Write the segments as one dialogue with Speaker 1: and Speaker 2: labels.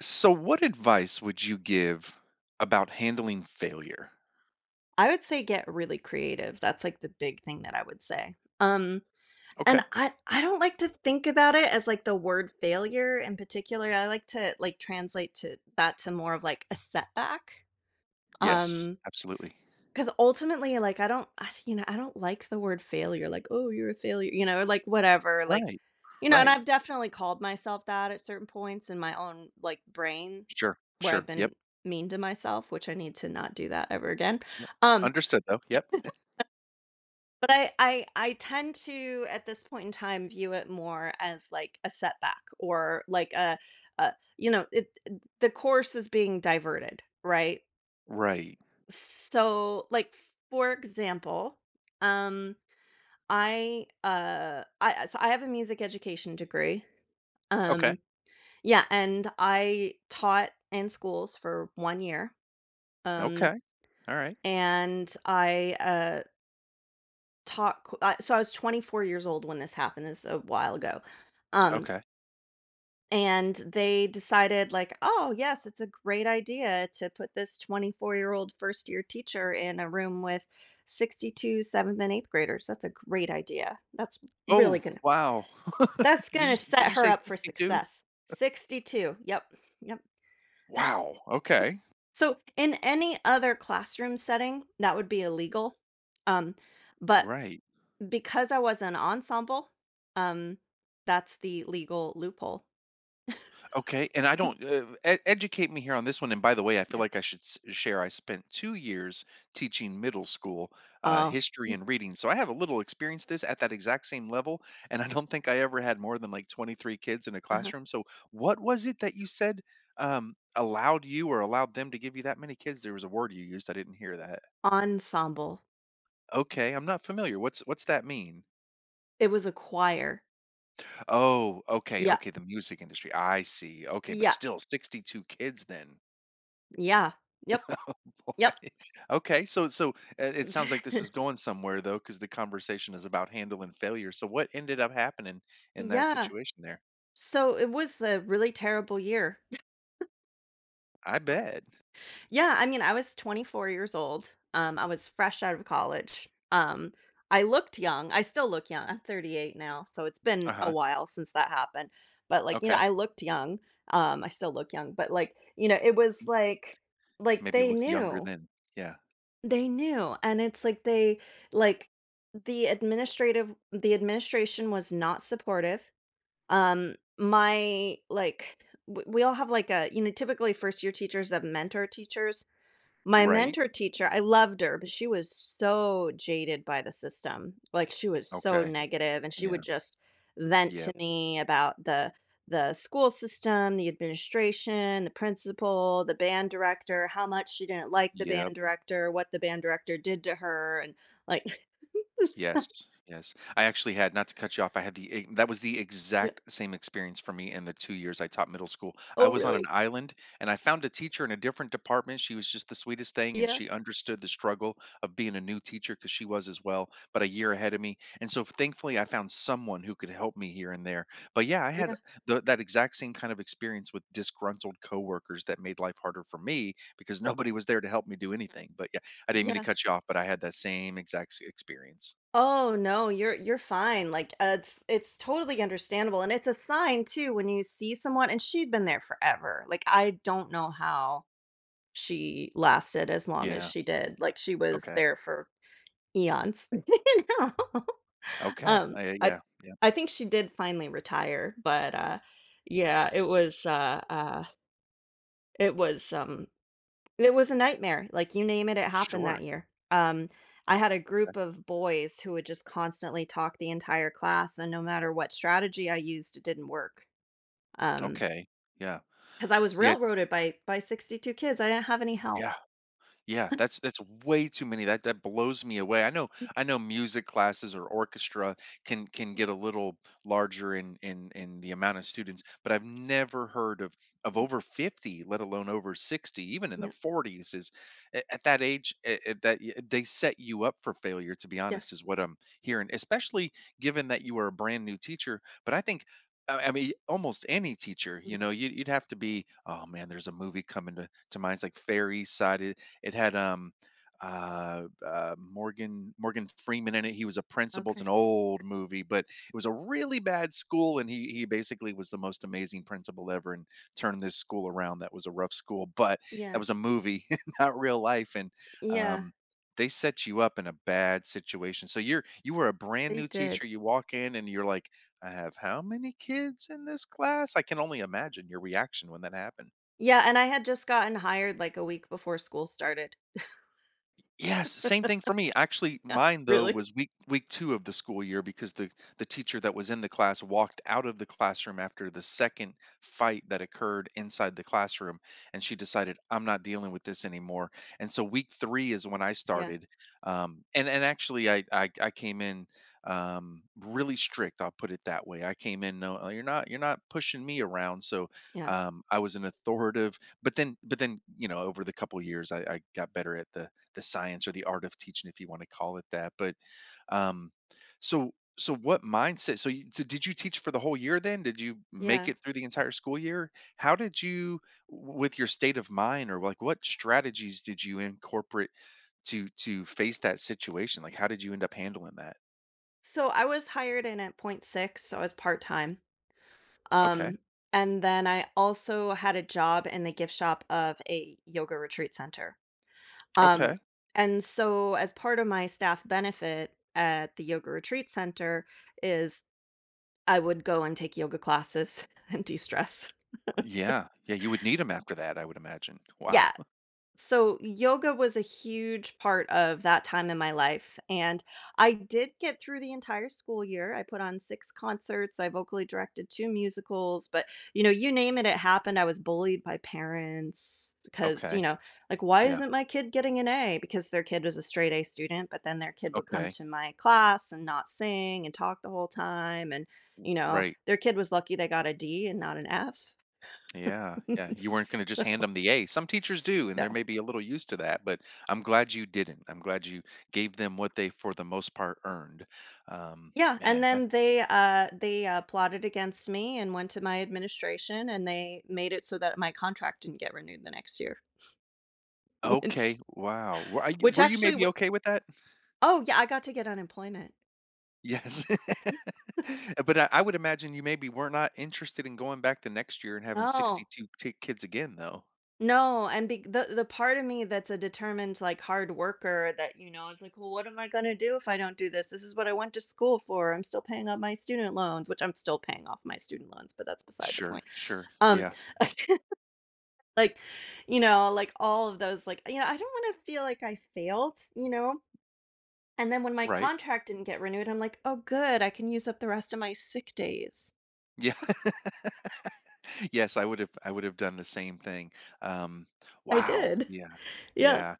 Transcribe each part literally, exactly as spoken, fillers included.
Speaker 1: So, what advice would you give about handling failure?
Speaker 2: I would say get really creative. That's, like, the big thing that I would say. Um,
Speaker 1: Okay.
Speaker 2: and I I don't like to think about it as, like, the word failure in particular. I like to, like, translate to that to more of, like, a setback.
Speaker 1: Yes,
Speaker 2: Um
Speaker 1: absolutely.
Speaker 2: Because ultimately, like, I don't I you know, I don't like the word failure, like, "Oh, you're a failure," you know, or like, whatever, like
Speaker 1: Right.
Speaker 2: you know, and
Speaker 1: Right.
Speaker 2: I've definitely called myself that at certain points in my own, like, brain
Speaker 1: Sure.
Speaker 2: where I've
Speaker 1: Sure. Yep.
Speaker 2: been mean to myself, which I need to not do that ever again.
Speaker 1: Yep.
Speaker 2: Um
Speaker 1: Understood though. Yep.
Speaker 2: But I I I tend to, at this point in time, view it more as, like, a setback or, like, a a you know, it the course is being diverted, right?
Speaker 1: Right.
Speaker 2: So, like, for example, um, I, uh I so I have a music education degree.
Speaker 1: Okay.
Speaker 2: Um, yeah, and I taught in schools for one year, um,
Speaker 1: Okay. All right.
Speaker 2: and I, uh talk uh, so I was twenty-four years old when this happened. This was a while ago. Um
Speaker 1: Okay.
Speaker 2: and they decided like, "Oh, yes, it's a great idea to put this twenty-four-year-old first-year teacher in a room with sixty-two seventh and eighth graders. That's a great idea. That's really
Speaker 1: Oh,
Speaker 2: going to
Speaker 1: wow.
Speaker 2: that's
Speaker 1: Did
Speaker 2: going
Speaker 1: you
Speaker 2: to
Speaker 1: s- did
Speaker 2: set
Speaker 1: you
Speaker 2: her
Speaker 1: say
Speaker 2: up for
Speaker 1: sixty two?
Speaker 2: success." sixty-two. Yep. Yep.
Speaker 1: Wow. Okay.
Speaker 2: So in any other classroom setting, that would be illegal. Um but
Speaker 1: Right.
Speaker 2: Because I was an ensemble, um, that's the legal loophole.
Speaker 1: Okay, and I don't uh, e- educate me here on this one. And by the way, I feel
Speaker 2: Yeah.
Speaker 1: like I should s- share. I spent two years teaching middle school uh,
Speaker 2: Oh.
Speaker 1: history
Speaker 2: Mm.
Speaker 1: and reading, so I have a little experience this at that exact same level. And I don't think I ever had more than like twenty three kids in a
Speaker 2: Uh-huh.
Speaker 1: classroom. So, what was it that you said um, allowed you or allowed them to give you that many kids? There was a word you used. I didn't hear that.
Speaker 2: Ensemble.
Speaker 1: Okay, I'm not familiar. What's what's that mean?
Speaker 2: It was a choir.
Speaker 1: Oh, okay,
Speaker 2: Yeah.
Speaker 1: okay. The music industry. I see. Okay, but
Speaker 2: Yeah.
Speaker 1: still, sixty two kids then.
Speaker 2: Yeah. Yep.
Speaker 1: Oh boy.
Speaker 2: Yep.
Speaker 1: Okay, so so uh, it sounds like this is going somewhere though, because the conversation is about handling failure. So what ended up happening in that
Speaker 2: Yeah.
Speaker 1: situation there?
Speaker 2: So it was the really terrible year.
Speaker 1: I bet.
Speaker 2: Yeah, I mean, I was twenty-four years old. Um, I was fresh out of college. Um, I looked young. I still look young. I'm thirty-eight now, so it's
Speaker 1: Uh
Speaker 2: been a
Speaker 1: huh.
Speaker 2: while since that happened. But like, you know,
Speaker 1: Okay.
Speaker 2: I looked young. Um, I still look young, but like, you know, it was like like
Speaker 1: Maybe
Speaker 2: they
Speaker 1: looked younger
Speaker 2: knew.
Speaker 1: then. Yeah.
Speaker 2: They knew. And it's like, they, like, the administrative the administration was not supportive. Um, my like w- we all have, like, a you know typically first year teachers have mentor teachers. My
Speaker 1: Right.
Speaker 2: mentor teacher, I loved her, but she was so jaded by the system. Like, she was so
Speaker 1: Okay.
Speaker 2: negative, and she
Speaker 1: Yeah.
Speaker 2: would just vent to
Speaker 1: Yep.
Speaker 2: me about the the school system, the administration, the principal, the band director, how much she didn't like the band
Speaker 1: Yep.
Speaker 2: director, what the band director did to her, and, like, just like,
Speaker 1: Yes, yes. I actually had, not to cut you off, I had the e that was the
Speaker 2: yeah,
Speaker 1: exact same experience for me in the two years I taught middle school. I
Speaker 2: "Oh,
Speaker 1: was on an
Speaker 2: really?
Speaker 1: island, and I found a teacher in a different department, she was just the sweetest thing, and
Speaker 2: Yeah,
Speaker 1: she understood the struggle of being a new teacher because she was as well, but a year ahead of me, and so thankfully, I found someone who could help me here and there. But yeah, I had
Speaker 2: yeah,
Speaker 1: the that exact same kind of experience with disgruntled coworkers that made life harder for me because nobody was there to help me do anything, but yeah, I didn't mean to
Speaker 2: yeah."
Speaker 1: cut you off, but I had that same exact s experience.
Speaker 2: Oh no, you're you're fine. Like uh, it's it's totally understandable, and it's a sign too when you see someone and she'd been there forever. Like, I don't know how she lasted as long as
Speaker 1: Yeah.
Speaker 2: she did. Like, she was
Speaker 1: Okay.
Speaker 2: there for eons. you know.
Speaker 1: Okay.
Speaker 2: um
Speaker 1: Uh,
Speaker 2: I
Speaker 1: yeah. Yeah.
Speaker 2: I think she did finally retire, but uh yeah, it was uh uh it was um it was a nightmare, like, you name it, it happened that
Speaker 1: Sure.
Speaker 2: year. Um, I had a
Speaker 1: Okay.
Speaker 2: group of boys who would just constantly talk the entire class, and no matter what strategy I used, it didn't work. Um,
Speaker 1: Okay. Yeah.
Speaker 2: Because I was
Speaker 1: Yeah.
Speaker 2: railroaded by by sixty-two kids, I didn't have any help.
Speaker 1: Yeah. Yeah, that's that's way too many. That that blows me away. I know I know music classes or orchestra can can get a little larger in in in the amount of students, but I've never heard of of
Speaker 2: Mm,
Speaker 1: over fifty, let alone over sixty, even in the
Speaker 2: yeah,
Speaker 1: forties is a- at that age a- a- that y- they set you up for failure, to be honest,
Speaker 2: yes.
Speaker 1: is what I'm hearing, especially given that you are a brand new teacher, but I think I I mean, almost any teacher, you
Speaker 2: Mm,
Speaker 1: know, you'd, you'd have to be. Oh man, there's a movie coming to, to mind. It's like Fairy Side. It had um uh, uh Morgan Morgan Freeman in it. He was a principal. It's
Speaker 2: okay.
Speaker 1: an old movie, but it was a really bad school, and he he basically was the most amazing principal ever and turned this school around. That was a rough school, but that
Speaker 2: Yeah,
Speaker 1: was a movie, not real life. And
Speaker 2: yeah,
Speaker 1: um, they set you up in a bad situation. So you're you were a brand
Speaker 2: they
Speaker 1: new
Speaker 2: did.
Speaker 1: teacher. You walk in and you're like, I have how many kids in this class? I can only imagine your reaction when that happened.
Speaker 2: Yeah, and I had just gotten hired, like, a week before school started.
Speaker 1: Yes, same thing for me. Actually,
Speaker 2: Yeah,
Speaker 1: mine though
Speaker 2: really?
Speaker 1: was week week two of the school year because the the teacher that was in the class walked out of the classroom after the second fight that occurred inside the classroom, and she decided I'm not dealing with this anymore. And so week three is when I
Speaker 2: Yeah,
Speaker 1: started, um, and and actually I I, I came in um, really strict. I'll put it that way. I came in no, you're not you're not pushing me around. So
Speaker 2: yeah,
Speaker 1: um, I was an authoritative, but then but then you know over the couple years I, I got better at the the science or the art of teaching if you want to call it that, but um so so what mindset so you, so did you teach for the whole year, then did you make
Speaker 2: yeah.
Speaker 1: it through the entire school year, how did you w- with your state of mind or like what strategies did you incorporate to to face that situation, like how did you end up handling that?
Speaker 2: So, I was hired in at point six. So I was part-time.
Speaker 1: Okay.
Speaker 2: Um, and then I also had a job in the gift shop of a yoga retreat center. Um,
Speaker 1: Okay.
Speaker 2: and so as part of my staff benefit at the yoga retreat center is I would go and take yoga classes and de-stress.
Speaker 1: Yeah, yeah, you would need them after that, I would imagine.
Speaker 2: Yeah.
Speaker 1: Wow.
Speaker 2: So, yoga was a huge part of that time in my life, and I did get through the entire school year. I put on six concerts, I vocally directed two musicals, but, you know, you name it, it happened. I was bullied by parents because you
Speaker 1: Okay.
Speaker 2: know, like, "Why
Speaker 1: Yeah.
Speaker 2: isn't my kid getting an A?" Because their kid was a straight A student, but then their kid would come
Speaker 1: Okay.
Speaker 2: to my class and not sing and talk the whole time, and, you know,
Speaker 1: Right.
Speaker 2: their kid was lucky they got a D and not an F.
Speaker 1: Yeah, yeah. You weren't going to just hand
Speaker 2: So,
Speaker 1: them the A. Some teachers do, and they're
Speaker 2: no.
Speaker 1: maybe a little used to that, but I'm glad you didn't. I'm glad you gave them what they, for the most part, earned. Um,
Speaker 2: Yeah, and
Speaker 1: man,
Speaker 2: then
Speaker 1: that's
Speaker 2: they, uh they, uh, plotted against me and went to my administration, and they made it so that my contract didn't get renewed the next year. which
Speaker 1: okay. Wow. Were, are you,
Speaker 2: which
Speaker 1: were you
Speaker 2: actually
Speaker 1: maybe
Speaker 2: w
Speaker 1: okay with that?
Speaker 2: Oh, yeah, I got to get unemployment.
Speaker 1: Yes. But I, I would imagine you maybe were not interested in going back the next year and having
Speaker 2: No.
Speaker 1: sixty two t- kids again, though.
Speaker 2: No, and be the the part of me that's a determined, like, hard worker that, you know, is like, "Well, what am I gonna do if I don't do this? This is what I went to school for. I'm still paying off my student loans," which I'm still paying off my student loans, but that's beside the
Speaker 1: Sure,
Speaker 2: point.
Speaker 1: sure.
Speaker 2: Um
Speaker 1: Yeah,
Speaker 2: Like, you know, like all of those, like, you know, I don't want to feel like I failed, you know? And then when my
Speaker 1: right.
Speaker 2: contract didn't get renewed, I'm like, oh, good. I can use up the rest of my sick days.
Speaker 1: Yeah. Yes, I would have I would have done the same thing. Um
Speaker 2: I
Speaker 1: wow.
Speaker 2: did.
Speaker 1: Yeah.
Speaker 2: Yeah.
Speaker 1: Yeah.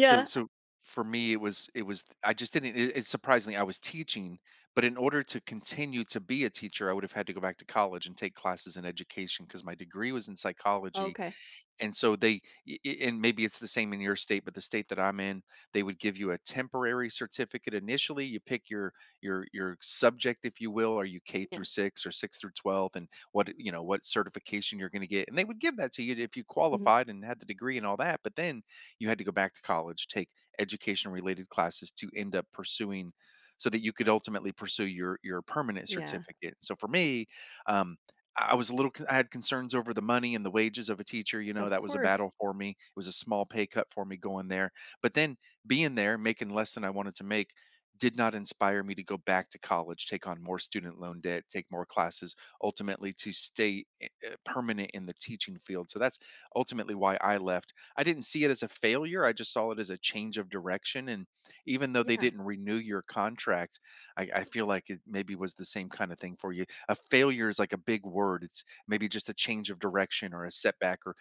Speaker 1: So so for me, it was it was I just didn't. It, it's surprisingly, I was teaching, but in order to continue to be a teacher, I would have had to go back to college and take classes in education because my degree was in psychology,
Speaker 2: Okay.
Speaker 1: and so they i- i- and maybe it's the same in your state, but the state that I'm in, they would give you a temporary certificate initially. You pick your your your subject, if you will. Are you K
Speaker 2: Yeah.
Speaker 1: through six or six through twelve, and what you know what certification you're going to get, and they would give that to you if you
Speaker 2: Mhm.
Speaker 1: qualified and had the degree and all that, but then you had to go back to college, take education related classes to end up pursuing, so that you could ultimately pursue your your permanent
Speaker 2: Yeah.
Speaker 1: certificate. So for me um, I was a little con- I had concerns over the money and the wages of a teacher. You know,
Speaker 2: Of
Speaker 1: that was a
Speaker 2: course.
Speaker 1: battle for me. It was a small pay cut for me going there. But then being there, making less than I wanted to make, did not inspire me to go back to college, take on more student loan debt, take more classes, ultimately to stay i- uh, permanent in the teaching field. So that's ultimately why I left. I didn't see it as a failure. I just saw it as a change of direction. And even though they
Speaker 2: Yeah.
Speaker 1: didn't renew your contract, I, I feel like it maybe was the same kind of thing for you. A failure is like a big word. It's maybe just a change of direction or a setback or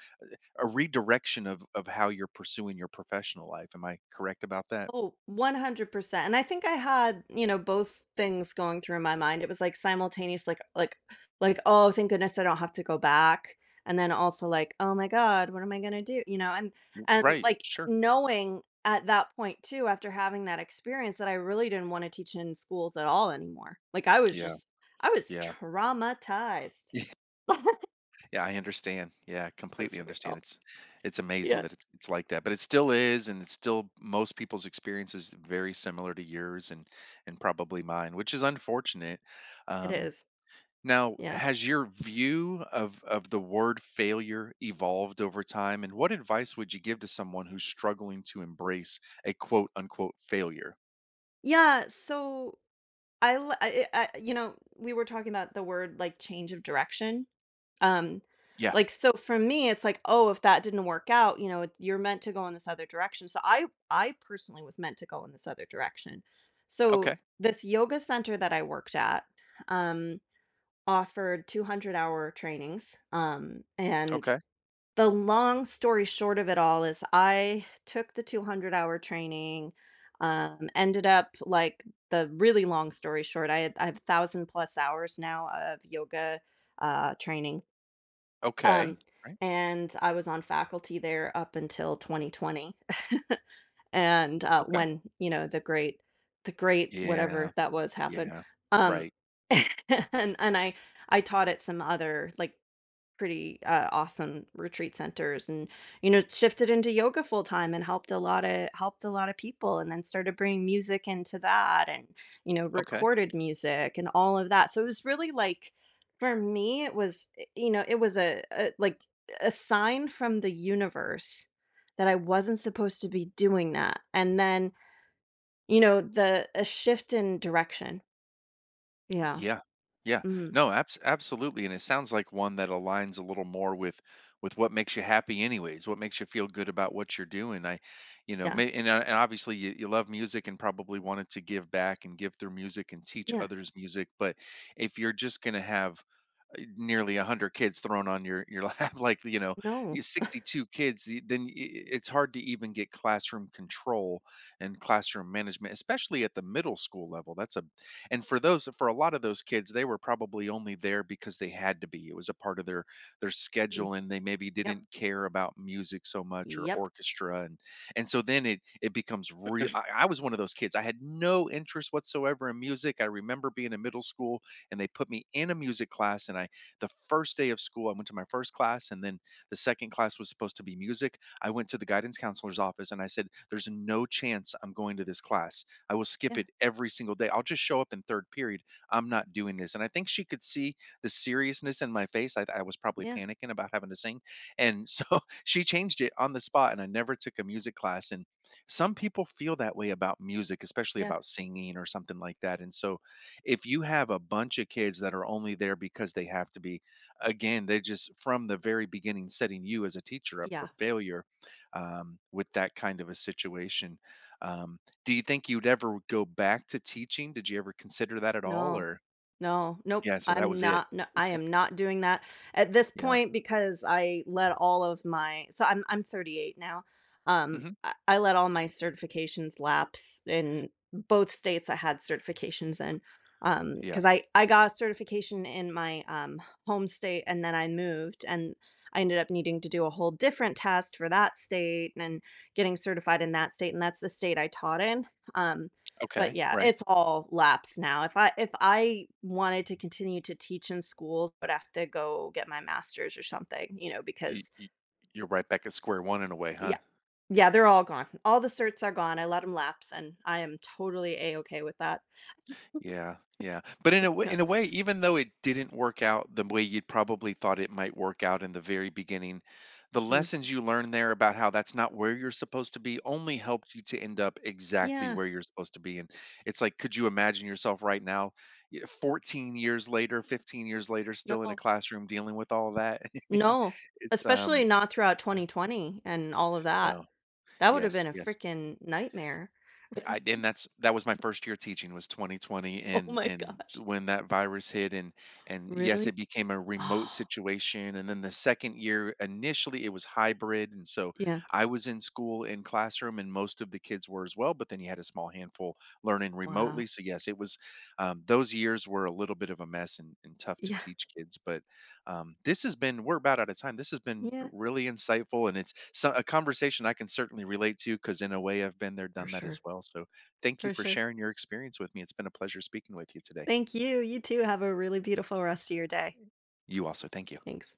Speaker 1: a redirection of of how you're pursuing your professional life. Am I correct about that?
Speaker 2: Oh, one hundred percent. And I think I had, you know, both things going through my mind. It was like simultaneous, like, like, like, oh, thank goodness I don't have to go back. And then also like, oh my God, what am I gonna do? You know, and and
Speaker 1: Right.
Speaker 2: like
Speaker 1: Sure.
Speaker 2: knowing at that point too, after having that experience, that I really didn't want to teach in schools at all anymore. Like, I was
Speaker 1: Yeah.
Speaker 2: just, I was
Speaker 1: Yeah.
Speaker 2: traumatized.
Speaker 1: Yeah, I understand. Yeah, I
Speaker 2: That was
Speaker 1: completely understand.
Speaker 2: real.
Speaker 1: It's it's amazing
Speaker 2: Yeah,
Speaker 1: that it's it's like that, but it still is, and it's still most people's experience is very similar to yours and and probably mine, which is unfortunate.
Speaker 2: it
Speaker 1: Um,
Speaker 2: is.
Speaker 1: Now,
Speaker 2: Yeah.
Speaker 1: has your view of of the word failure evolved over time, and what advice would you give to someone who's struggling to embrace a quote unquote failure?
Speaker 2: Yeah. So I l I I I you know, we were talking about the word, like, change of direction, um,
Speaker 1: Yeah.
Speaker 2: like, so for me, it's like, "Oh, if that didn't work out, you know, it- you're meant to go in this other direction." So I I personally was meant to go in this other direction. So
Speaker 1: Okay.
Speaker 2: this yoga center that I worked at, um, offered two hundred-hour trainings, um, and
Speaker 1: Okay.
Speaker 2: the long story short of it all is I took the two hundred hour training, um, ended up like the really long story short, I had, I have thousand plus hours now of yoga uh, training.
Speaker 1: Okay.
Speaker 2: Um,
Speaker 1: Right.
Speaker 2: and I was on faculty there up until twenty twenty. And uh,
Speaker 1: Okay.
Speaker 2: when, you know, the great, the great
Speaker 1: Yeah.
Speaker 2: whatever that was happened.
Speaker 1: Yeah.
Speaker 2: Um,
Speaker 1: Right.
Speaker 2: and, and I, I taught at some other, like, pretty, uh, awesome retreat centers and, you know, shifted into yoga full time and helped a lot of helped a lot of people and then started bringing music into that and, you know,
Speaker 1: Okay.
Speaker 2: recorded music and all of that. So it was really, like, for me, it was, eh, you know, it was a a like, a sign from the universe that I wasn't supposed to be doing that, and then, you know, the a shift in direction. Yeah.
Speaker 1: Yeah. Yeah.
Speaker 2: Mhm.
Speaker 1: No, abs- absolutely. And it sounds like one that aligns a little more with with what makes you happy anyways, what makes you feel good about what you're doing. I, you know,
Speaker 2: Yeah.
Speaker 1: may, and, uh, and obviously you, you love music and probably wanted to give back and give through music and teach
Speaker 2: Yeah.
Speaker 1: others music. But if you're just going to have eh, nearly a hundred kids thrown on your your lap, like, you know, you,
Speaker 2: No.
Speaker 1: sixty two kids, y- then y- it's hard to even get classroom control and classroom management, especially at the middle school level. That's a, and for those, for a lot of those kids, they were probably only there because they had to be. It was a part of their their
Speaker 2: Mm.
Speaker 1: schedule, and they maybe
Speaker 2: Yep.
Speaker 1: didn't care about music so much, or
Speaker 2: Yep.
Speaker 1: orchestra. and and so then it it becomes real. I, I was one of those kids. I had no interest whatsoever in music. I remember being in middle school and they put me in a music class, and I the first day of school, I went to my first class, and then the second class was supposed to be music. I went to the guidance counselor's office and I said, there's no chance I'm going to this class. I will skip
Speaker 2: Yeah.
Speaker 1: it every single day. I'll just show up in third period. I'm not doing this. And I think she could see the seriousness in my face. I, I was probably
Speaker 2: Yeah.
Speaker 1: panicking about having to sing. And so she changed it on the spot, and I never took a music class. And some people feel that way about music, especially
Speaker 2: Yeah.
Speaker 1: about singing or something like that. And so if you have a bunch of kids that are only there because they have to be, again, they just from the very beginning setting you as a teacher up for
Speaker 2: Yeah.
Speaker 1: failure um, with that kind of a situation. Um, do you think you'd ever go back to teaching? Did you ever consider that at all?
Speaker 2: No.
Speaker 1: Or
Speaker 2: No. Nope.
Speaker 1: yeah, so that
Speaker 2: I'm
Speaker 1: was it.
Speaker 2: not, no, I am not doing that at this
Speaker 1: Yeah.
Speaker 2: point because I let all of my, so I'm I'm thirty-eight now. Um
Speaker 1: Hmm.
Speaker 2: I, I let all my certifications lapse in both states I had certifications in. Um
Speaker 1: Yeah.
Speaker 2: cuz I I got a certification in my um home state and then I moved and I ended up needing to do a whole different test for that state and getting certified in that state, and that's the state I taught in. Um But
Speaker 1: Okay.
Speaker 2: yeah,
Speaker 1: Right.
Speaker 2: it's all laps now. If I if I wanted to continue to teach in school, I would have to go get my master's or something, you know,
Speaker 1: You,
Speaker 2: because
Speaker 1: you're right back at square one in a way,
Speaker 2: yeah,
Speaker 1: huh?
Speaker 2: yeah, they're all gone. All the certs are gone. I let them lapse, and I am totally a-okay with that.
Speaker 1: Yeah, yeah. But in a way,
Speaker 2: Yeah,
Speaker 1: in a way, even though it didn't work out the way you'd probably thought it might work out in the very beginning, the
Speaker 2: mhm.
Speaker 1: lessons you learned there about how that's not where you're supposed to be only helped you to end up exactly
Speaker 2: Yeah,
Speaker 1: where you're supposed to be. And it's like, could you imagine yourself right now, y- fourteen years later, fifteen years later, still in a
Speaker 2: no,
Speaker 1: classroom dealing with all that? I mean,
Speaker 2: no,
Speaker 1: it's
Speaker 2: especially
Speaker 1: um,
Speaker 2: not throughout
Speaker 1: yeah,
Speaker 2: twenty twenty and all of that.
Speaker 1: no,
Speaker 2: That would have
Speaker 1: yes,
Speaker 2: been a
Speaker 1: yes.
Speaker 2: freaking nightmare.
Speaker 1: I, and that's that was my first year teaching was twenty twenty,
Speaker 2: Oh
Speaker 1: and
Speaker 2: my
Speaker 1: and
Speaker 2: gosh,
Speaker 1: when that virus hit, and and yes
Speaker 2: really?
Speaker 1: it became a remote
Speaker 2: Oh,
Speaker 1: situation, and then the second year initially it was hybrid, and so
Speaker 2: yeah,
Speaker 1: I was in school in classroom and most of the kids were as well, but then you had a small handful learning
Speaker 2: wow.
Speaker 1: remotely, so yes it was um, those years were a little bit of a mess and, and tough to
Speaker 2: Yeah,
Speaker 1: teach kids, but um, this has been, we're about out of time. This has been
Speaker 2: yeah,
Speaker 1: really insightful, and it's so, a conversation I can certainly relate to because, in a way, I've been there,
Speaker 2: for
Speaker 1: done that as
Speaker 2: sure,
Speaker 1: well. So, thank you
Speaker 2: for
Speaker 1: for
Speaker 2: sure.
Speaker 1: sharing your experience with me. It's been a pleasure speaking with you today.
Speaker 2: Thank you. You too, have a really beautiful rest of your day.
Speaker 1: You also, thank you.
Speaker 2: Thanks.